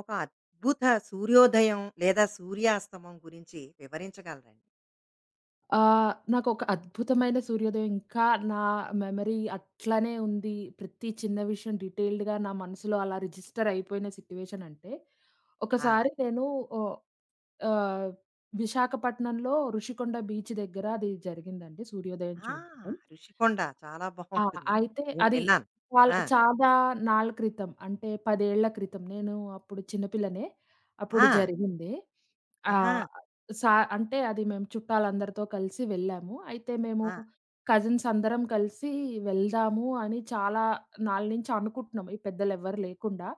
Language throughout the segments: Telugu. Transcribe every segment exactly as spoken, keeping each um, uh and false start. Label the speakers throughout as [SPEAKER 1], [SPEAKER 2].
[SPEAKER 1] ఒక అద్భుత సూర్యోదయం లేదా సూర్యాస్తమం గురించి వివరించగలరండి?
[SPEAKER 2] ఆహ్, నాకొక అద్భుతమైన సూర్యోదయం ఇంకా నా మెమరీ అట్లనే ఉంది. ప్రతి చిన్న విషయం డీటెయిల్డ్‌గా నా మనసులో అలా రిజిస్టర్ అయిపోయిన సిట్యుయేషన్ అంటే,
[SPEAKER 1] ఆ!
[SPEAKER 2] ఒకసారి నేను ఓహ్, ఆహ్, విశాఖపట్నంలో ఋషికొండ బీచ్ దగ్గర అది జరిగిందండి సూర్యోదయం
[SPEAKER 1] ఆ!
[SPEAKER 2] చూడటం.
[SPEAKER 1] ఋషికొండ చాలా
[SPEAKER 2] ఆ!
[SPEAKER 1] బావుంటుంది.
[SPEAKER 2] అయితే
[SPEAKER 1] నేను
[SPEAKER 2] అది
[SPEAKER 1] విన్నాను.
[SPEAKER 2] చాలా
[SPEAKER 1] ఆ!
[SPEAKER 2] చాలా నాళ్ళ క్రితం అంటే పది ఏళ్ల క్రితం. నేను అప్పుడు చిన్న పిల్లనే. అప్పుడు
[SPEAKER 1] ఆ!
[SPEAKER 2] జరిగింది.
[SPEAKER 1] ఆహా!
[SPEAKER 2] ఆహ్, సా అంటే అది మేము చుట్టాలందరితో కలిసి వెళ్ళాము. అయితే మేము
[SPEAKER 1] ఆ!
[SPEAKER 2] కజిన్స్ అందరం కలిసి వెళ్దాము అని చాలా నాళ్ళ నుంచి అనుకుంటున్నాం. ఈ పెద్దలెవ్వరు లేకుండా.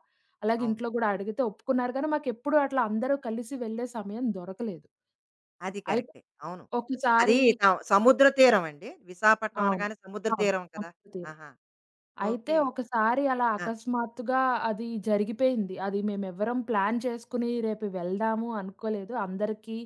[SPEAKER 2] అలాగే
[SPEAKER 1] అవును.
[SPEAKER 2] ఇంట్లో గూడా అడిగితే ఒప్పుకున్నారు గానీ, మాకెప్పుడు అట్లా అందరూ కలిసి వెళ్ళే సమయం దొరకలేదు.
[SPEAKER 1] అది
[SPEAKER 2] అయితే
[SPEAKER 1] కరెక్టే. అవును. అది
[SPEAKER 2] ఒకసారి
[SPEAKER 1] త సముద్ర తీరం అండి? విశాఖపట్నం
[SPEAKER 2] అవును.
[SPEAKER 1] అనగానే సముద్ర
[SPEAKER 2] అవును.
[SPEAKER 1] తీరం కదా!
[SPEAKER 2] సముద్ర తీరం.
[SPEAKER 1] ఆహా!
[SPEAKER 2] అయితే
[SPEAKER 1] ఓకే.
[SPEAKER 2] ఒకసారి అలా
[SPEAKER 1] ఆ!
[SPEAKER 2] అకస్మాత్తుగా అది జరిగిపోయింది. అది మేమెవ్వరం ప్లాన్ చేసుకుని రేపు వెళ్దాము అనుకోలేదు. అందరికీ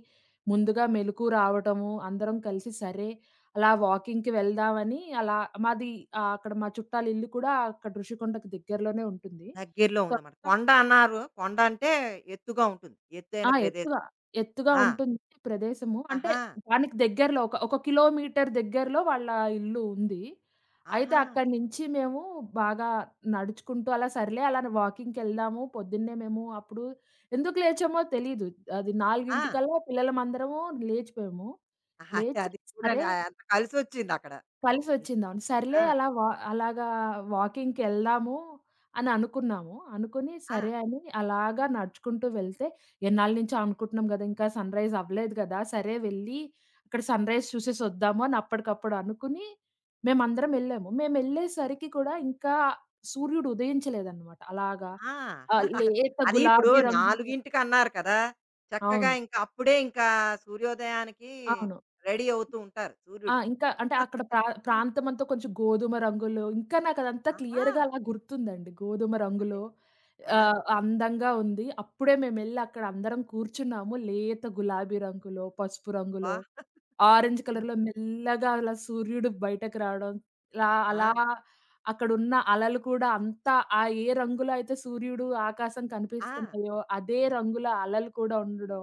[SPEAKER 2] ముందుగా మెలుకువ రావటము, అందరం కలిసి సరే అలా వాకింగ్‌కి వెళ్దామని అలా మాది ఆహ్, అక్కడ మా చుట్టాలిల్లు కూడా అక్కడ ఋషికొండకి దగ్గరలోనే ఉంటుంది.
[SPEAKER 1] దగ్గరలో
[SPEAKER 2] సో
[SPEAKER 1] ఉందన్నమాట. కొండ అన్నారు. కొండ అంటే ఎత్తుగా ఉంటుంది. ఎత్తైన
[SPEAKER 2] ఆ!
[SPEAKER 1] ప్రదేశం.
[SPEAKER 2] ఎత్తుగా, ఎత్తుగా
[SPEAKER 1] ఆ!
[SPEAKER 2] ఉంటుంది ప్రదేశము. అంటే
[SPEAKER 1] ఆహా!
[SPEAKER 2] దానికి దగ్గరలో ఒక, ఒక కిలోమీటర్ దగ్గరలో వాళ్ళ ఇల్లు ఉంది. అయితే
[SPEAKER 1] ఆహా!
[SPEAKER 2] అక్కడి నుంచి మేము బాగా నడుచుకుంటూ అలా సర్లే అలా వాకింగ్‌కెళ్దాము. పొద్దున్నే మేము అప్పుడు ఎందుకు లేచామో తెలీదు. అది
[SPEAKER 1] ఆ!
[SPEAKER 2] నాలుగు కల్లా పిల్లలమందరము లేచిపోయాము.
[SPEAKER 1] ఆహా,
[SPEAKER 2] లేచి
[SPEAKER 1] అది చూడండి.
[SPEAKER 2] సరే
[SPEAKER 1] ఆ, అంత కలిసొచ్చిందక్కడ. అది.
[SPEAKER 2] కలిసొచ్చింది. అవును.
[SPEAKER 1] ఆ!
[SPEAKER 2] సర్లే అలా వా అలాగా వాకింగ్‌కెళ్దాము అని అనుకున్నాము. అనుకుని
[SPEAKER 1] ఆ!
[SPEAKER 2] సరే అని అలాగా నడుచుకుంటూ వెళ్తే, ఎన్నాళ్ళ నుంచో అనుకుంటున్నాం గదా! ఇంకా సన్‌రైజ్ అవ్వలేదు గదా! సరే వెళ్ళి అక్కడ సన్‌రైజ్ చూసేసొద్దాము అని అప్పటికప్పుడు అనుకుని
[SPEAKER 1] హ్మ్.
[SPEAKER 2] మేమందరం ఎళ్ళాము. మేమెళ్ళేసరికి కూడా ఇంకా సూర్యుడు ఉదయించలేదన్నమాట. అలాగా
[SPEAKER 1] ఆ!
[SPEAKER 2] ఆహ్,
[SPEAKER 1] అది.
[SPEAKER 2] లేత
[SPEAKER 1] అది ఇప్పుడు
[SPEAKER 2] గులాబీ రంగులో
[SPEAKER 1] నాలుగుకి అన్నారు కదా! చక్కగా
[SPEAKER 2] అవును.
[SPEAKER 1] ఇంకా అప్పుడే ఇంకా సూర్యోదయానికి
[SPEAKER 2] అవును.
[SPEAKER 1] రెడీ అవుతూ ఉంటారు
[SPEAKER 2] ఆ!
[SPEAKER 1] సూర్యుడు.
[SPEAKER 2] ఇంకా అంటే అక్కడ ప్రా ప్రాంతమంతా కొంచెం గోధుమ రంగులో ఇంకా నాకదంతా
[SPEAKER 1] ఆహా!
[SPEAKER 2] క్లియర్‌గా అలా గుర్తుందండి. గోధుమ
[SPEAKER 1] అదే.
[SPEAKER 2] రంగులో
[SPEAKER 1] ఆ!
[SPEAKER 2] ఆహ్, అందంగా ఉంది. అప్పుడే మేమెళ్లి అక్కడ అందరం కూర్చున్నాము. లేత గులాబీ రంగులో, పసుపు
[SPEAKER 1] అబ్బా!
[SPEAKER 2] రంగులో, ఆరెంజ్ కలర్‌లో మెల్లగా అలా సూర్యుడు బయటకు రావడం. ఇలా
[SPEAKER 1] ఆ!
[SPEAKER 2] అలా అక్కడున్న అలలు కూడా అంతా ఆ ఏ రంగులో అయితే సూర్యుడు, ఆకాశం
[SPEAKER 1] ఆ!
[SPEAKER 2] కనిపిస్తున్నాయో అదే రంగుల అలలు కూడా ఉండడం.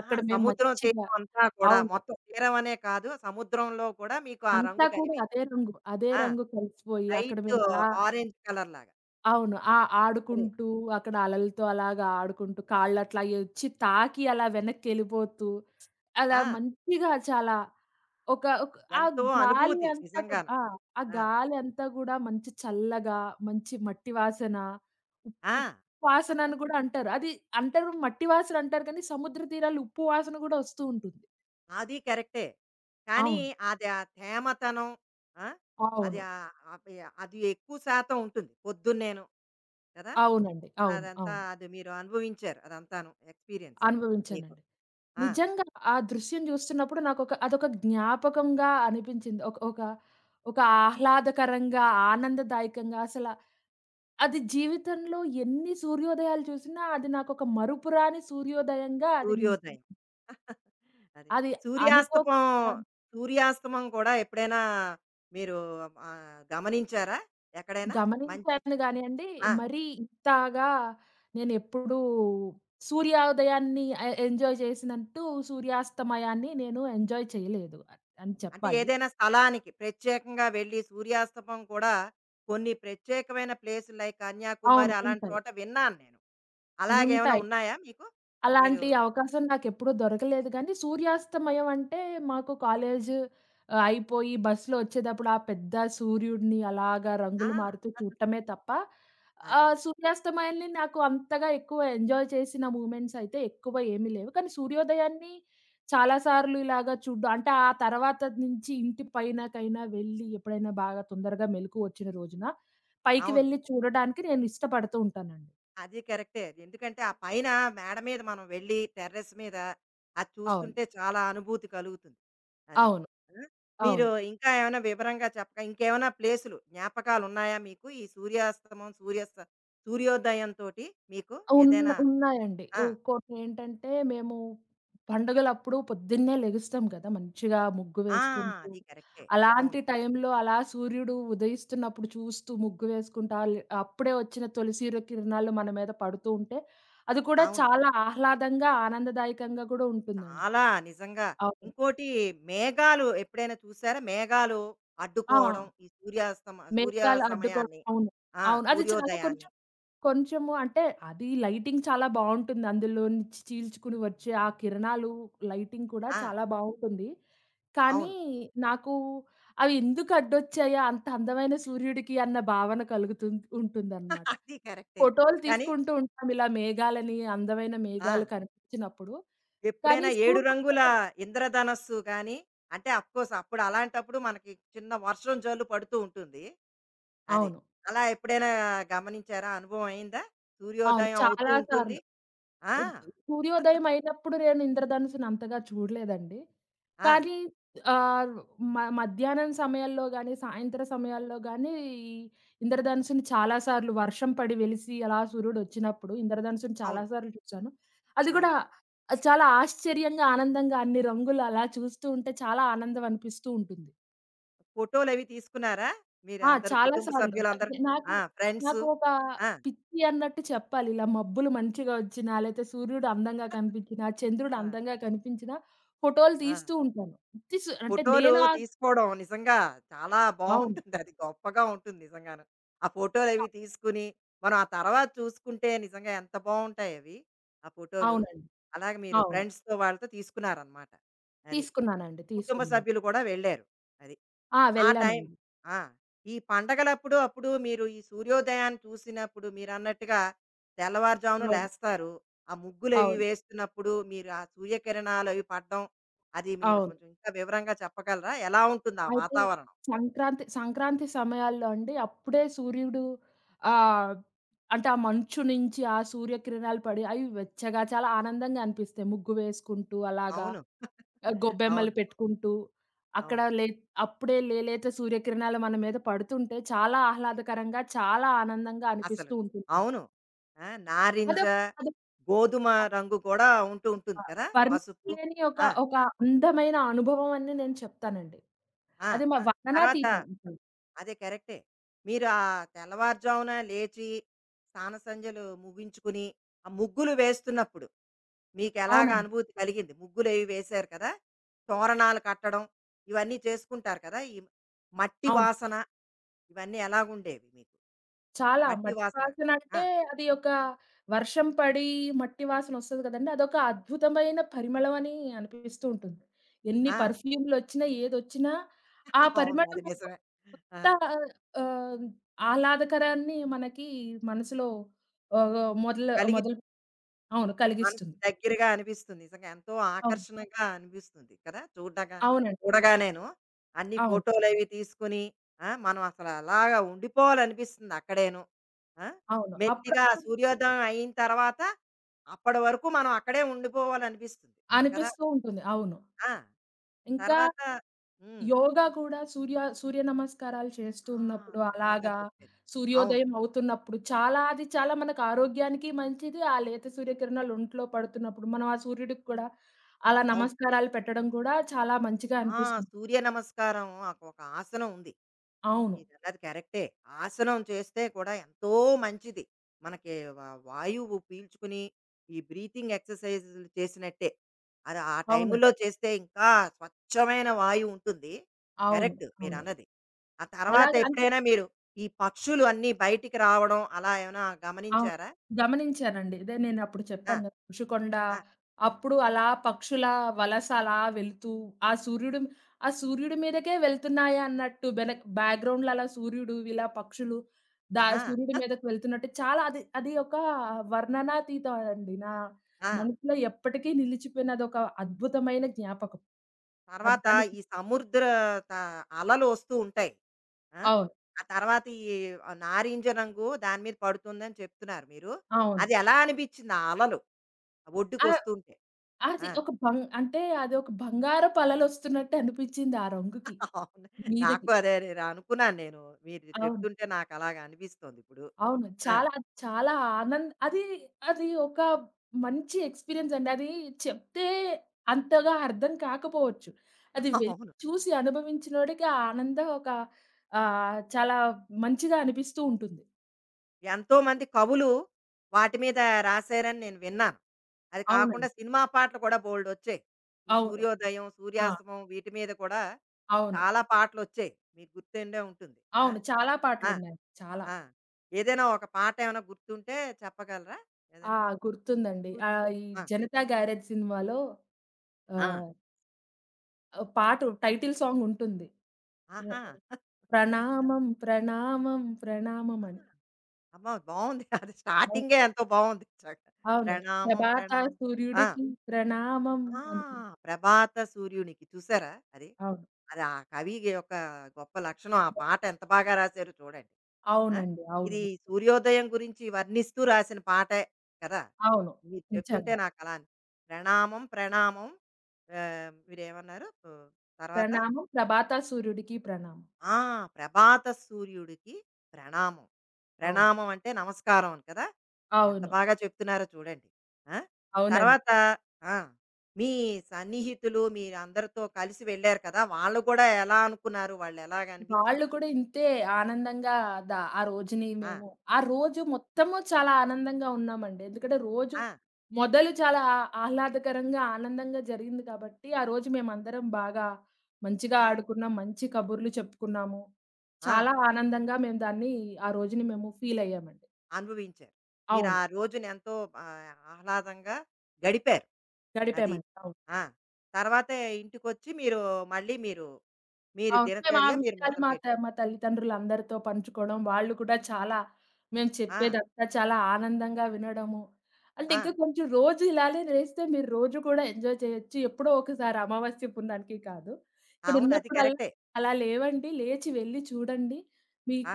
[SPEAKER 1] ఆ!
[SPEAKER 2] అక్కడ మేము
[SPEAKER 1] సముద్రం
[SPEAKER 2] మంచిగా
[SPEAKER 1] తీరం అంతా కూడా
[SPEAKER 2] అవును.
[SPEAKER 1] మొత్తం తీరం అనే కాదు, సముద్రంలో కూడా మీకు ఆ
[SPEAKER 2] అంతా
[SPEAKER 1] రంగు
[SPEAKER 2] కూడా
[SPEAKER 1] కనిపించి
[SPEAKER 2] అదే రంగు. అదే
[SPEAKER 1] ఆ!
[SPEAKER 2] రంగు కలిసిపోయి అక్కడ
[SPEAKER 1] లైట్
[SPEAKER 2] మేమలా
[SPEAKER 1] ఆరెంజ్ కలర్ లాగా. అదే.
[SPEAKER 2] అవును. ఆ
[SPEAKER 1] అదే.
[SPEAKER 2] ఆడుకుంటూ అక్కడ అలలతో అలాగా ఆడుకుంటూ కాళ్ళట్లా వచ్చి తాకి అలా వెనక్కెళ్ళిపోతూ అలా
[SPEAKER 1] ఆ!
[SPEAKER 2] మంచిగా చాలా ఒక ఒక ఆ
[SPEAKER 1] ఎంతో
[SPEAKER 2] గాలి
[SPEAKER 1] అనుభూతి
[SPEAKER 2] అంతా కూడా
[SPEAKER 1] నిజంగాను.
[SPEAKER 2] ఆ! ఆ
[SPEAKER 1] ఆ!
[SPEAKER 2] గాలి అంతా గూడా మంచి చల్లగా, మంచి మట్టి వాసన, ఉప్
[SPEAKER 1] ఆ!
[SPEAKER 2] ఉప్పు వాసన అని గూడా అంటారు. అది అంటారు మట్టి వాసన అంటారు కానీ సముద్ర తీరాలు ఉప్పు వాసన గూడా వస్తూ ఉంటుంది.
[SPEAKER 1] అది కరెక్టే. కానీ
[SPEAKER 2] అవును.
[SPEAKER 1] అది ఆ తేమతనం ఆ! అది
[SPEAKER 2] అవును.
[SPEAKER 1] ఆహ్, అప్ అది ఎక్కువ శాతం ఉంటుంది. పొద్దున్నేను కదా!
[SPEAKER 2] అవునండి. అవును.
[SPEAKER 1] అదంతా
[SPEAKER 2] అవును.
[SPEAKER 1] అది మీరు అనుభవించారు అదంతాను ఎక్స్‌పీరియన్స్ మీకు.
[SPEAKER 2] అనుభవించానండి.
[SPEAKER 1] ఆ!
[SPEAKER 2] నిజంగా ఆ దృశ్యం జూస్తున్నప్పుడు నాకొక అదొక జ్ఞాపకంగా అనిపించింది. ఒక ఒక ఒక ఆహ్లాదకరంగా, ఆనందదాయకంగా అసల అది జీవితంలో ఎన్ని సూర్యోదయాలు చూసినా అది నాకొక మరుపురాని సూర్యోదయంగా అది నిలిచింది.
[SPEAKER 1] సూర్యోదయం. అది.
[SPEAKER 2] అది
[SPEAKER 1] సూర్యాస్తమం
[SPEAKER 2] అనుకోకుండా
[SPEAKER 1] సూర్యాస్తమం కూడా ఎప్పుడైనా మీరు ఆహ్, గమనించారా? ఎక్కడైనా? మంచి
[SPEAKER 2] గమనించాను గానియండి,
[SPEAKER 1] ఆ!
[SPEAKER 2] మరీ ఇంతగా నేనెప్పుడూ సూర్యోదయాన్ని ఎ ఎంజాయ్ చేసినట్టు సూర్యాస్తమయాన్ని నేను ఎంజాయ్ చేయలేదు అ- అని
[SPEAKER 1] అదే. అంటే
[SPEAKER 2] చెప్పాలి.
[SPEAKER 1] ఏదైనా స్థలానికి ప్రత్యేకంగా వెళ్ళి సూర్యాస్తమం కూడా కొన్ని ప్రత్యేకమైన ప్లేసులు లైక్
[SPEAKER 2] అవును.
[SPEAKER 1] కన్యాకుమారి అలాంటి
[SPEAKER 2] ఉంటాయి.
[SPEAKER 1] చోట విన్నాను నేను. అలాగేమైనా
[SPEAKER 2] ఉంటాయి.
[SPEAKER 1] ఉన్నాయా మీకు? మీరు
[SPEAKER 2] అలాంటి అవకాశం నాకెప్పుడూ దొరకలేదు గానీ, సూర్యాస్తమయం అంటే మాకు కాలేజు ఆహ్, అయిపోయి బస్‌లో వచ్చేటప్పుడు ఆ పెద్ద సూర్యుడిని అలాగా
[SPEAKER 1] ఆ!
[SPEAKER 2] రంగులు మారుతూ
[SPEAKER 1] అదే.
[SPEAKER 2] చూడటమే తప్ప,
[SPEAKER 1] అదే.
[SPEAKER 2] ఆహ్, సూర్యాస్తమయాన్ని నాకు అంతగా ఎక్కువ ఎంజాయ్ చేసిన మూమెంట్స్ అయితే ఎక్కువ ఏమీ లేవు. కానీ సూర్యోదయాన్ని చాలా సార్లు ఇలాగా చూడ్డం అంటే ఆ తర్వాత నుంచి ఇంటి పైనకైనా వెళ్ళి ఎప్పుడైనా బాగా తొందరగా మెలుకువ వచ్చిన రోజున పైకి
[SPEAKER 1] అవును.
[SPEAKER 2] వెళ్లి చూడడానికి నేను ఇష్టపడుతూ ఉంటానండి.
[SPEAKER 1] అది కరెక్టే. ఎందుకంటే ఆ పైన మేడ మీద మనం వెళ్ళి టెర్రస్ మీద అది
[SPEAKER 2] అవును.
[SPEAKER 1] చూస్తుంటే చాలా అనుభూతి కలుగుతుంది. అది.
[SPEAKER 2] అవును.
[SPEAKER 1] ఆ! మీరు
[SPEAKER 2] అవును.
[SPEAKER 1] ఇంకా ఏమైనా వివరంగా చెప్పగా ఇంకేమైనా ప్లేసులు జ్ఞాపకాలున్నాయా మీకు? ఈ సూర్యాస్తమం, సూర్యస్త సూర్యోదయం తోటి మీకు
[SPEAKER 2] ఉన్న
[SPEAKER 1] ఏదైనా?
[SPEAKER 2] ఉన్నాయండి.
[SPEAKER 1] ఆ!
[SPEAKER 2] ఓహ్! కొన్నేంటంటే మేము పండుగలప్పుడు పొద్దున్నే లెగుస్తాం కదా! మంచిగా ముగ్గు
[SPEAKER 1] ఆ!
[SPEAKER 2] వేసుకుంటూ,
[SPEAKER 1] అది కరెక్టే.
[SPEAKER 2] అలాంటి
[SPEAKER 1] అవును.
[SPEAKER 2] టైంలో అలా సూర్యుడు ఉదయిస్తున్నప్పుడు చూస్తూ ముగ్గు వేసుకుంటా లే అప్పుడే వచ్చిన తొలి సూర్య కిరణాలు మన మీద పడుతూ ఉంటే, అది కూడా
[SPEAKER 1] అవును.
[SPEAKER 2] చాలా ఆహ్లాదంగా, ఆనందదాయకంగా కూడా ఉంటుందండి.
[SPEAKER 1] చాలా నిజంగా.
[SPEAKER 2] అవును.
[SPEAKER 1] ఇంకోటి మేఘాలు ఎప్పుడైనా చూసారా? మేఘాలు
[SPEAKER 2] ఆ!
[SPEAKER 1] అడ్డుకోవడం ఈ సూర్యాస్తమ సూర్య
[SPEAKER 2] మేఘాలు అడ్డుకోవడం
[SPEAKER 1] సమయాన్ని.
[SPEAKER 2] అవును.
[SPEAKER 1] ఆ!
[SPEAKER 2] అవును. అది చాలా
[SPEAKER 1] సూర్యోదయాన్ని.
[SPEAKER 2] కొంచెం కొంచెము అంటే అది లైటింగ్ చాలా బావుంటుంది. అందులో నుంచి చీల్చుకుని వచ్చే ఆ కిరణాలు, లైటింగ్ కూడా
[SPEAKER 1] ఆ!
[SPEAKER 2] చాలా బావుంటుంది. కానీ
[SPEAKER 1] అవును.
[SPEAKER 2] నాకు అవి ఎందుకు అడ్డొచ్చాయా? అంత అందమైన సూర్యుడికి అన్న భావన కలుగుతుం ఉంటుందనమాట.
[SPEAKER 1] అది కరెక్టే.
[SPEAKER 2] ఫోటోలు
[SPEAKER 1] కానీ
[SPEAKER 2] తీసుకుంటూ ఉంటాం ఇలా మేఘాలని అందమైన
[SPEAKER 1] ఆ!
[SPEAKER 2] మేఘాలు కనిపించినప్పుడు. కానీ
[SPEAKER 1] ఎప్పుడైనా ఏడు
[SPEAKER 2] సూర్యుడు
[SPEAKER 1] రంగుల ఇంద్రధనస్సు గాని, అంటే అఫ్‌కోర్స్ అప్పుడు అలాంటప్పుడు మనకి చిన్న వర్షం జల్లు పడుతూ ఉంటుంది. అది.
[SPEAKER 2] అవును.
[SPEAKER 1] అలా ఎప్పుడైనా గమనించారా? అనుభవం అయిందా?
[SPEAKER 2] అవును.
[SPEAKER 1] సూర్యోదయం అవుతూ
[SPEAKER 2] చాలా
[SPEAKER 1] ఉంటుంది.
[SPEAKER 2] సార్లు.
[SPEAKER 1] ఆ!
[SPEAKER 2] ఆహ్, సూర్యోదయం అయినప్పుడు నేను ఇంద్రధనుస్సుని అంతగా చూడలేదండి.
[SPEAKER 1] ఆ!
[SPEAKER 2] కానీ ఆహ్, మ మధ్యాహ్నం సమయంలో గాని, సాయంత్రం సమయాల్లో గాని ఈ ఇంద్రధనుస్సుని చాలా సార్లు వర్షం పడి వెలిసి అలా సూర్యుడొచ్చినప్పుడు ఇంద్రధనుస్సుని చాలా
[SPEAKER 1] అవును.
[SPEAKER 2] సార్లు చూసాను. అది
[SPEAKER 1] ఆ!
[SPEAKER 2] కూడా చాలా ఆశ్చర్యంగా, ఆనందంగా అన్ని రంగులు అలా చూస్తూ ఉంటే చాలా ఆనందం అనిపిస్తూ ఉంటుంది.
[SPEAKER 1] ఫోటోలవి తీసుకున్నారా?
[SPEAKER 2] ఆ!
[SPEAKER 1] మీరందరూ
[SPEAKER 2] చాలా
[SPEAKER 1] కుటుంబ
[SPEAKER 2] సార్లు.
[SPEAKER 1] సభ్యులందరూ
[SPEAKER 2] నాకు,
[SPEAKER 1] ఆ! ఫ్రెండ్సు.
[SPEAKER 2] నాకు ఒక
[SPEAKER 1] ఆ!
[SPEAKER 2] పిచ్చి అన్నట్టు చెప్పాలి. ఇలా మబ్బులు మంచిగా వచ్చినా, లేతే సూర్యుడు అందంగా కనిపించినా, చంద్రుడు
[SPEAKER 1] ఆ!
[SPEAKER 2] అందంగా కనిపించినా ఫోటోలు
[SPEAKER 1] ఆ!
[SPEAKER 2] తీస్తూ ఉంటాను. తీసు అంటే
[SPEAKER 1] ఫోటోలు
[SPEAKER 2] నేను ఆ
[SPEAKER 1] తీసుకోవడం నిజంగా చాలా
[SPEAKER 2] అవును.
[SPEAKER 1] బావుంటుందది. గొప్పగా ఉంటుంది నిజంగాను. ఆ
[SPEAKER 2] అ
[SPEAKER 1] ఫోటోలవి తీసుకుని, మనం ఆ తర్వాత చూసుకుంటే నిజంగా ఎంత బావుంటాయవి, ఆ ఫోటోలు.
[SPEAKER 2] అవునండి.
[SPEAKER 1] అలాగే మీరు
[SPEAKER 2] అవును.
[SPEAKER 1] ఫ్రెండ్స్‌తో వాళ్ళతో తీసుకున్నారనమాట. అది.
[SPEAKER 2] తీసుకున్నానండి.
[SPEAKER 1] కుటుంబ
[SPEAKER 2] తీసుకున్నాను.
[SPEAKER 1] సభ్యులు కూడా వెళ్ళారు. అది.
[SPEAKER 2] ఆ!
[SPEAKER 1] ఆ టైం
[SPEAKER 2] వెళ్ళామండి.
[SPEAKER 1] ఆ! ఈ పండగలప్పుడు అప్పుడు మీరు ఈ సూర్యోదయాన్ని చూసినప్పుడు మీరన్నట్టుగా తెల్లవారుజామున
[SPEAKER 2] అవును.
[SPEAKER 1] లేస్తారు. ఆ ముగ్గులవి
[SPEAKER 2] అవును.
[SPEAKER 1] వేస్తున్నప్పుడు మీరు ఆ సూర్యకిరణాలవి పడడం, అది మీరు
[SPEAKER 2] అవును.
[SPEAKER 1] కొంచెం ఇంకా వివరంగా చెప్పగలరా? ఎలా ఉంటుంది ఆ
[SPEAKER 2] అయితే
[SPEAKER 1] వాతావరణం?
[SPEAKER 2] సంక్రాంతి సంక్రాంతి సమయాల్లో అండి అప్పుడే సూర్యుడు ఆహ్, అంటే ఆ మంచు నుంచి ఆ సూర్యకిరణాలు పడి అవి వెచ్చగా చాలా ఆనందంగా అనిపిస్తాయి. ముగ్గు వేసుకుంటూ అలాగా
[SPEAKER 1] అవును.
[SPEAKER 2] ఆహ్, గొబ్బెమ్మలు
[SPEAKER 1] అవును.
[SPEAKER 2] పెట్టుకుంటూ అక్కడ
[SPEAKER 1] అవును.
[SPEAKER 2] లే అప్పుడే లే లేత సూర్యకిరణాలు మన మీద పడుతుంటే చాలా ఆహ్లాదకరంగా, చాలా ఆనందంగా
[SPEAKER 1] అసలు.
[SPEAKER 2] అనిపిస్తూ ఉంటుందండి.
[SPEAKER 1] అవును. ఆ! నారింజ,
[SPEAKER 2] అదొక అదొక
[SPEAKER 1] గోధుమ రంగు కూడా ఉంటూ ఉంటుంది
[SPEAKER 2] ఆహ్,
[SPEAKER 1] కదా! పసుపు.
[SPEAKER 2] వర్ణించలేని ఒక
[SPEAKER 1] ఆ!
[SPEAKER 2] ఒక అందమైన అనుభవం అని నేను చెప్తానండి.
[SPEAKER 1] ఆ!
[SPEAKER 2] అది మా
[SPEAKER 1] తర్వాత
[SPEAKER 2] వర్ణనాతీతం.
[SPEAKER 1] అదే కరెక్టే. మీరు ఆ తెల్లవారుజామున లేచి, స్నాన సంధ్యలు ముగించుకుని, ఆ ముగ్గులు వేస్తున్నప్పుడు మీకెలాగా
[SPEAKER 2] అవునండి.
[SPEAKER 1] అనుభూతి కలిగింది? ముగ్గులవి వేశారు కదా! తోరణాలు కట్టడం, ఇవన్నీ చేసుకుంటారు కదా! ఈ మట్టి
[SPEAKER 2] అవును.
[SPEAKER 1] వాసన ఇవన్నీ ఎలాగుండేవి మీకు?
[SPEAKER 2] చాలా.
[SPEAKER 1] మట్టి
[SPEAKER 2] మట్టి
[SPEAKER 1] వాసన. ఆ!
[SPEAKER 2] వాసనంటే అది ఒక వర్షం పడి మట్టి వాసనొస్తది కదండీ! అదొక అద్భుతమైన పరిమళం అని అనిపిస్తూ ఉంటుంది. ఎన్ని
[SPEAKER 1] ఆ!
[SPEAKER 2] పర్ఫ్యూమ్‌లొచ్చినా, ఏదొచ్చినా ఆ
[SPEAKER 1] అవును.
[SPEAKER 2] పరిమళం
[SPEAKER 1] అది
[SPEAKER 2] ఒక
[SPEAKER 1] నిజమే. ఆ!
[SPEAKER 2] కొత్త ఆహ్, ఆహ్లాదకరాన్ని మనకి మనసులో ఆహ్, మొదలు
[SPEAKER 1] కలిగి
[SPEAKER 2] మొదలు అవును.
[SPEAKER 1] మనసుకి
[SPEAKER 2] కలిగిస్తుంది.
[SPEAKER 1] దగ్గరగా అనిపిస్తుంది. నిజంగా ఎంతో
[SPEAKER 2] అవును.
[SPEAKER 1] ఆకర్షణగా అనిపిస్తుంది కదా! చూడగా
[SPEAKER 2] అవునండి.
[SPEAKER 1] చూడగానేను. అన్ని
[SPEAKER 2] అవును.
[SPEAKER 1] ఫోటోలవి తీసుకొని ఆ! మనం అసలు అలాగా ఉండిపోవాలనిపిస్తుంది అక్కడేను. ఆ!
[SPEAKER 2] అవును.
[SPEAKER 1] మెల్లిగా
[SPEAKER 2] అప్పుడప్పుడు
[SPEAKER 1] సూర్యోదయం అయిన తర్వాత అప్పటి వరకు మనం అక్కడే ఉండిపోవాలనిపిస్తుంది కదా!
[SPEAKER 2] అనిపిస్తూ ఉంటుంది. అవును.
[SPEAKER 1] ఆ!
[SPEAKER 2] ఇంకా
[SPEAKER 1] తర్వాత హ్మ్.
[SPEAKER 2] యోగా కూడా సూర్య సూర్య నమస్కారాలు చేస్తూ
[SPEAKER 1] ఆ!
[SPEAKER 2] ఉన్నప్పుడు
[SPEAKER 1] చాలా బా
[SPEAKER 2] అలాగా
[SPEAKER 1] చెప్పారు. అవును.
[SPEAKER 2] సూర్యోదయం అవుతున్నప్పుడు చాలా అది చాలా మనకు ఆరోగ్యానికి మంచిది. ఆ లేత సూర్యకిరణాలు ఒంట్లో పడుతున్నప్పుడు మనం ఆ సూర్యుడికి కూడా అలా
[SPEAKER 1] అవును.
[SPEAKER 2] నమస్కారాలు పెట్టడం కూడా చాలా మంచిగా
[SPEAKER 1] ఆ!
[SPEAKER 2] అనిపిస్తుంది.
[SPEAKER 1] సూర్య నమస్కారం ఒక ఒక ఆసనం ఉంది.
[SPEAKER 2] అవును.
[SPEAKER 1] మీరన్నది కరెక్టే. ఆసనం చేస్తే కూడా ఎంతో మంచిది. మనకి వ వాయువు పీల్చుకుని, ఈ బ్రీతింగ్ ఎక్సర్‌సైజులు చేసినట్టే. అది ఆ
[SPEAKER 2] అవునండి.
[SPEAKER 1] టైములో చేస్తే ఇంకా స్వచ్ఛమైన వాయువు ఉంటుంది.
[SPEAKER 2] అవును.
[SPEAKER 1] కరెక్ట్
[SPEAKER 2] అవును.
[SPEAKER 1] మీరన్నది. ఆ తర్వాత
[SPEAKER 2] అలాగా
[SPEAKER 1] ఎప్పుడైనా మీరు ఈ పక్షులు అన్నీ బయటికి రావడం అలా ఏమైనా
[SPEAKER 2] అవును.
[SPEAKER 1] గమనించారా?
[SPEAKER 2] గమనించానండి. ఇదే నేనప్పుడు
[SPEAKER 1] ఆ!
[SPEAKER 2] చెప్పాను గదా! ఋషికొండ
[SPEAKER 1] ఆ!
[SPEAKER 2] అప్పుడు అలా పక్షుల వలస అలా వెళ్తూ, ఆ సూర్యుడు ఆ సూర్యుడి మీదకే వెళ్తున్నాయా అన్నట్టు వెనక బ్యాక్‌గ్రౌండ్‌లో అలా సూర్యుడు, ఇలా పక్షులు దా
[SPEAKER 1] ఆహా!
[SPEAKER 2] సూర్యుడి మీదకి వెళ్తున్నట్టు చాలా అది అది ఒక వర్ణనాతీతం అండి. నా
[SPEAKER 1] ఆ!
[SPEAKER 2] మనసులో ఎప్పటికీ నిలిచిపోయిన అదొక అద్భుతమైన జ్ఞాపకం. అది
[SPEAKER 1] తర్వాత
[SPEAKER 2] దానికి
[SPEAKER 1] ఈ సముద్ర త అలలు వస్తూ ఉంటాయి. ఆ!
[SPEAKER 2] అవును.
[SPEAKER 1] ఆ తర్వాత ఈ నారింజ రంగు దాని మీద పడుతుందని చెప్తున్నారు మీరు.
[SPEAKER 2] అవును.
[SPEAKER 1] అది ఎలా అనిపించింది ఆ అలలు
[SPEAKER 2] ఆ!
[SPEAKER 1] ఒడ్డుకొస్తూ ఉంటే?
[SPEAKER 2] అది
[SPEAKER 1] ఆ!
[SPEAKER 2] ఒక బంగ్ అంటే అది ఒక బంగారపు అలలొస్తున్నట్టు అనిపించింది ఆ రంగుకి.
[SPEAKER 1] అవును. నాకు
[SPEAKER 2] మీదకి.
[SPEAKER 1] అదే నేను అనుకున్నాను నేను. మీరు
[SPEAKER 2] అవును.
[SPEAKER 1] చెప్తుంటే నాకు అలాగా అనిపిస్తోంది ఇప్పుడు.
[SPEAKER 2] అవును.
[SPEAKER 1] ఆ!
[SPEAKER 2] చాలా చాలా ఆనంద్ అది అది ఒక మంచి ఎక్స్‌పీరియన్స్ అండి. అది చెప్తే అంతగా అర్థం కాకపోవచ్చు. అది వెళ్లి
[SPEAKER 1] అవును.
[SPEAKER 2] చూసి అనుభవించినోడికి ఆ ఆనందం ఒక ఆహ్, చాలా మంచిగా అనిపిస్తూ ఉంటుంది.
[SPEAKER 1] ఎంతోమంది కవులు వాటి మీద రాశారని నేను విన్నాను. అది కాకుండా
[SPEAKER 2] అవునండి.
[SPEAKER 1] సినిమా పాటలు కూడా బోలెడొచ్చాయి. ఈ
[SPEAKER 2] అవును.
[SPEAKER 1] సూర్యోదయం,
[SPEAKER 2] ఆ!
[SPEAKER 1] సూర్యాస్తమయం వీటి మీద కూడా
[SPEAKER 2] అవును.
[SPEAKER 1] చాలా పాటలొచ్చాయి. మీకు గుర్తుండే ఉంటుంది. ఆ!
[SPEAKER 2] అవును. చాలా
[SPEAKER 1] ఆ!
[SPEAKER 2] పాటలున్నాయి. చాలా.
[SPEAKER 1] ఆ! ఏదైనా ఒక పాట ఏమైనా గుర్తుంటే చెప్పగలరా?
[SPEAKER 2] ఆ!
[SPEAKER 1] ఏదైనా?
[SPEAKER 2] గుర్తుందండి.
[SPEAKER 1] సూర్
[SPEAKER 2] ఆహ్, ఈ
[SPEAKER 1] ఆ!
[SPEAKER 2] 'జనతా గ్యారేజ్' సినిమాలో
[SPEAKER 1] ఆ!
[SPEAKER 2] ఆహ్ ఆహ్, పాట టైటిల్ సాంగ్ ఉంటుంది. ప్ర
[SPEAKER 1] ఆహా!
[SPEAKER 2] ప్రణామం ప్రణామం ప్రణామం
[SPEAKER 1] ఆ!
[SPEAKER 2] అని.
[SPEAKER 1] అమ్మో! బావుంది. అది
[SPEAKER 2] అవు
[SPEAKER 1] స్టార్టింగే ఎంతో బావుంది. చక్క
[SPEAKER 2] అవును.
[SPEAKER 1] ప్రణామం
[SPEAKER 2] 'ప్రభాత
[SPEAKER 1] ప్రణామం. ఆ!
[SPEAKER 2] సూర్యుడికి ప్రణామం'
[SPEAKER 1] ఆ!
[SPEAKER 2] అని.
[SPEAKER 1] 'ప్రభాత సూర్యునికి' చూసారా అది?
[SPEAKER 2] అవును.
[SPEAKER 1] అది ఆ కవి యొక్క గొప్ప లక్షణం. ఆ పాట ఎంత బాగా రాశారో చూడండి. ఆ!
[SPEAKER 2] అవునండి.
[SPEAKER 1] ఇది
[SPEAKER 2] అవును.
[SPEAKER 1] సూర్యోదయం గురించి వర్ణిస్తూ రాసిన పాటే కదా!
[SPEAKER 2] అవును.
[SPEAKER 1] మీరు చెప్తుంటే
[SPEAKER 2] నిజంగా.
[SPEAKER 1] నాకలా ప్రణామం, ప్రణామం ఆహ్, మీరేమన్నారు? ఆహ్, తర్వాత?
[SPEAKER 2] ప్రణామం 'ప్రభాత సూర్యుడికి ప్రణామం.'
[SPEAKER 1] ఆ! ప్రభాత సూర్యుడికి ప్రణామం.
[SPEAKER 2] అవును.
[SPEAKER 1] ప్రణామం అంటే నమస్కారం అని కదా! ఎంత
[SPEAKER 2] అవును.
[SPEAKER 1] బాగా చెప్తున్నారో చూడండి. ఆ!
[SPEAKER 2] అవునండి.
[SPEAKER 1] తర్వాత ఆ! మీ సన్నిహితులు మీరందరితో కలిసి వెళ్లారు కదా! వాళ్ళు కూడా ఎలా అనుకున్నారు? వాళ్ళు ఎలాగా అనిపించింది
[SPEAKER 2] వాళ్ళు
[SPEAKER 1] వాళ్ళకి?
[SPEAKER 2] కూడా ఇంతే ఆనందంగా ద ఆ రోజుని
[SPEAKER 1] ఆ!
[SPEAKER 2] మేము ఆ రోజు మొత్తము చాలా ఆనందంగా ఉన్నామండి. ఎందుకంటే రోజు
[SPEAKER 1] ఆ!
[SPEAKER 2] మొదలు చాలా ఆ ఆహ్లాదకరంగా, ఆనందంగా జరిగింది కాబట్టి, ఆ రోజు మేమందరం బాగా మంచిగా
[SPEAKER 1] ఆ!
[SPEAKER 2] ఆడుకున్నాం. మంచి కబుర్లు చెప్పుకున్నాము.
[SPEAKER 1] ఆ!
[SPEAKER 2] చాలా ఆనందంగా మేము దాన్ని ఆ రోజుని మేము ఫీల్ అయ్యామండి.
[SPEAKER 1] అనుభవించారు. మీరు ఆ
[SPEAKER 2] అవును.
[SPEAKER 1] రోజుని ఎంతో ఆహ్, ఆహ్లాదంగా గడిపారు. అది.
[SPEAKER 2] గడిపామండి. అవును.
[SPEAKER 1] ఆ! తర్వాత ఇంటికొచ్చి మీరు మళ్ళీ మీరు, మీరు
[SPEAKER 2] అవును. మేము ఆ
[SPEAKER 1] దినచర్య మీరు
[SPEAKER 2] విషయాలు మా
[SPEAKER 1] మొదలుపెట్టారు.
[SPEAKER 2] త మా తల్లిదండ్రులందరితో పంచుకోవడం, వాళ్ళు కూడా చాలా మేము
[SPEAKER 1] ఆ!
[SPEAKER 2] చెప్పేదంతా చాలా ఆనందంగా వినడము. అంటే
[SPEAKER 1] ఆ!
[SPEAKER 2] ఇంకా కొంచెం రోజు ఇలానే చేస్తే మీరు రోజు కూడా ఎంజాయ్ చేయొచ్చు. ఎప్పుడో ఒకసారి అమావాస్య పున్నానికి కాదు.
[SPEAKER 1] అవును. అది
[SPEAKER 2] ఇక్కడున్నప్పుడల్లా
[SPEAKER 1] కరెక్టే.
[SPEAKER 2] అలా లేవండి, లేచి వెళ్లి చూడండి.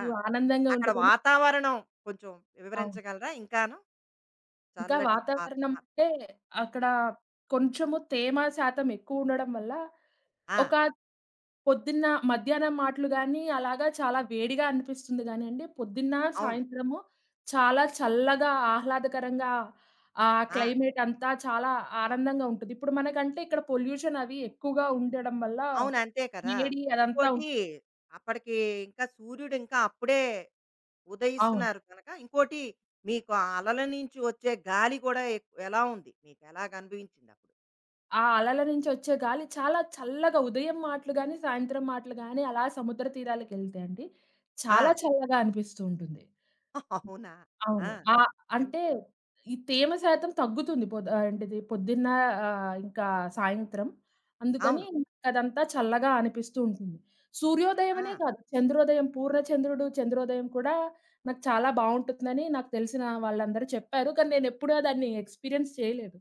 [SPEAKER 1] ఆ!
[SPEAKER 2] ఆనందంగా
[SPEAKER 1] అక్కడ
[SPEAKER 2] ఉంటదని
[SPEAKER 1] వాతావరణం కొంచెం
[SPEAKER 2] అవును.
[SPEAKER 1] వివరించగలరా ఇంకాను?
[SPEAKER 2] ఇంకా
[SPEAKER 1] చల్లటి వాత
[SPEAKER 2] వాతావరణం
[SPEAKER 1] ఆ!
[SPEAKER 2] అంటే అక్కడ కొంచెము తేమ శాతం ఎక్కువుండడం వల్ల
[SPEAKER 1] ఆ!
[SPEAKER 2] ఒక పొద్దున్న మధ్యాహ్నం మాటలు గాని, అలాగా చాలా వేడిగా అనిపిస్తుంది గానియండి, పొద్దున్న,
[SPEAKER 1] అవును.
[SPEAKER 2] సాయంత్రము చాలా చల్లగా, ఆహ్లాదకరంగా ఆ
[SPEAKER 1] ఆ!
[SPEAKER 2] క్లైమేట్ అంతా చాలా ఆనందంగా ఉంటది. ఇప్పుడు మనకంటే ఇక్కడ పొల్యూషన్ అవి ఎక్కువగా ఉండడం వల్ల,
[SPEAKER 1] అవును. అంతే కదా!
[SPEAKER 2] వేడి అదంతా ఉం
[SPEAKER 1] ఇంకోటి అప్పటికి ఇంకా సూర్యుడు ఇంకా అప్పుడే
[SPEAKER 2] అవును.
[SPEAKER 1] ఉదయిస్తున్నారు కనుక, ఇంకోటి మీకు ఆ అలల నుంచి వచ్చే గాలి కూడా ఎక్ ఎలా ఉంది? మీకు ఎలాగ అనిపించిందప్పుడు?
[SPEAKER 2] ఆ అలల నుంచి వచ్చే గాలి చాలా చల్లగా ఉదయం మాటలు గాని, సాయంత్రం మాటలు గాని, అలా సముద్ర తీరాలకెళ్తే అండి, చాలా
[SPEAKER 1] ఆ!
[SPEAKER 2] చల్లగా అనిపిస్తూ ఉంటుంది.
[SPEAKER 1] అవునా? ఆ!
[SPEAKER 2] అవును. ఆహ్,
[SPEAKER 1] ఎన్
[SPEAKER 2] అంటే ఈ తేమ శాతం తగ్గుతుంది. పొద్ ఆహ్, ఏంటిది పొద్దున్న ఆహ్, ఇంకా సాయంత్రం. అందుకని
[SPEAKER 1] అవును.
[SPEAKER 2] అదంతా చల్లగా అనిపిస్తూ ఉంటుంది. సూర్యోదయమనే
[SPEAKER 1] ఆ!
[SPEAKER 2] కాదు, చంద్రోదయం, పూర్ణ చంద్రుడు, చంద్రోదయం కూడా నాకు చాలా బావుంటుందని నాకు తెలిసిన వాళ్ళందరూ చెప్పారు. కానీ నేనెప్పుడూ దాన్ని ఎక్స్‌పీరియన్స్ చేయలేదు.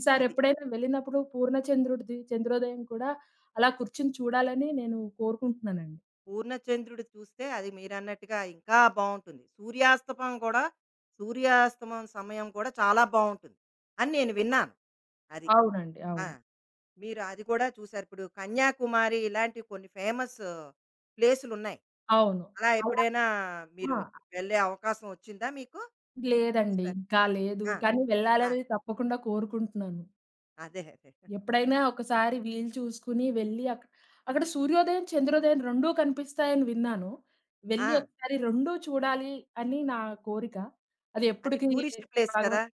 [SPEAKER 2] ఈసారి
[SPEAKER 1] అది.
[SPEAKER 2] ఎప్పుడైనా వెళ్ళినప్పుడు పూర్ణ చంద్రుడిది, చంద్రోదయం కూడా అలా కూర్చొని చూడాలని నేను కోరుకుంటున్నానండి.
[SPEAKER 1] పూర్ణచంద్రుడు చూస్తే అది మీరన్నట్టుగా ఇంకా బావుంటుంది. సూర్యాస్తమం గూడా సూర్యాస్తమం సమయం కూడా చాలా బావుంటుంది అని నేను విన్నాను. అది.
[SPEAKER 2] అవునండి.
[SPEAKER 1] ఆ!
[SPEAKER 2] అవును.
[SPEAKER 1] మీరు అది కూడా చూసారు. ఇప్పుడు కన్యాకుమారి ఇలాంటి కొన్ని ఫేమస్ ప్లేసులున్నాయి.
[SPEAKER 2] అవును.
[SPEAKER 1] అలా
[SPEAKER 2] అలా
[SPEAKER 1] ఎప్పుడైనా మీరు
[SPEAKER 2] ఆ!
[SPEAKER 1] వెళ్ళే అవకాశం వచ్చిందా మీకు?
[SPEAKER 2] లేదండి.
[SPEAKER 1] చూసారు.
[SPEAKER 2] ఇంకా లేదు.
[SPEAKER 1] ఆ!
[SPEAKER 2] కానీ
[SPEAKER 1] ఆ!
[SPEAKER 2] వెళ్ళాలని తప్పకుండా కోరుకుంటున్నాను.
[SPEAKER 1] అదే. అదే.
[SPEAKER 2] ఎప్పుడైనా ఒకసారి వీలు చూసుకొని వెళ్ళి అక్ అక్కడ సూర్యోదయం, చంద్రోదయం రెండు కనిపిస్తాయని విన్నాను.
[SPEAKER 1] ఆ!
[SPEAKER 2] వెళ్ళి ఒకసారి రెండూ చూడాలి అని నా కోరిక. అది
[SPEAKER 1] అది
[SPEAKER 2] ఎప్పటికి
[SPEAKER 1] టూరిస్ట్ ప్లేస్ కదా!
[SPEAKER 2] భగవంతుడు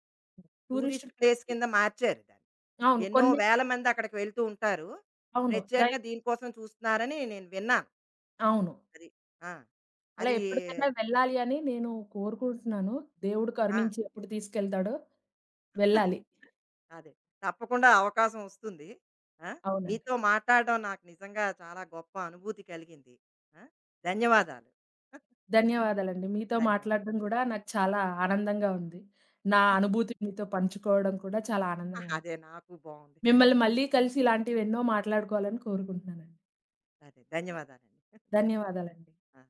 [SPEAKER 1] టూరిస్ట్
[SPEAKER 2] టూరిస్టులు
[SPEAKER 1] ప్లేస్ కింద మార్చారు దాన్ని.
[SPEAKER 2] అవును.
[SPEAKER 1] ఎన్నో
[SPEAKER 2] కొన్ని
[SPEAKER 1] వేల మంది అక్కడికి వెళ్తూ ఉంటారు. ఈ
[SPEAKER 2] అవును. దై
[SPEAKER 1] ప్రత్యేకంగా దీనికోసం చూస్తున్నారని నేను విన్నాను.
[SPEAKER 2] అవును.
[SPEAKER 1] అది. ఆ!
[SPEAKER 2] అలా
[SPEAKER 1] అది
[SPEAKER 2] ఎప్పటికైనా వెళ్ళాలి అని నేను కోరుకుంటున్నాను. దేవుడు
[SPEAKER 1] ఆ!
[SPEAKER 2] కరుణించి ఎప్పుడు తీసుకెళ్తాడో వెళ్ళాలి.
[SPEAKER 1] అదే. తప్పకుండా అవకాశం వస్తుంది. ఆ!
[SPEAKER 2] అవునండి.
[SPEAKER 1] మీతో మాట్లాడడం నాకు నిజంగా చాలా గొప్ప అనుభూతి కలిగింది. ఆ! ధన్యవాదాలు.
[SPEAKER 2] ధన్యవాదాలండి. మీతో
[SPEAKER 1] ధన్యవాదాలు.
[SPEAKER 2] మాట్లాడడం గూడా నాకు చాలా ఆనందంగా ఉంది. నా అనుభూతిని మీతో పంచుకోవడం కూడా చాలా ఆనందంగా ఉంది.
[SPEAKER 1] అదే నాకు బావుంది.
[SPEAKER 2] మిమ్మల్ని మళ్ళీ కలిసి ఇలాంటివి ఎన్నో మాట్లాడుకోవాలని కోరుకుంటున్నానండి.
[SPEAKER 1] అదే. ధన్యవాదాలండి. Thank you.
[SPEAKER 2] ధన్యవాదాలండి.
[SPEAKER 1] ఆ!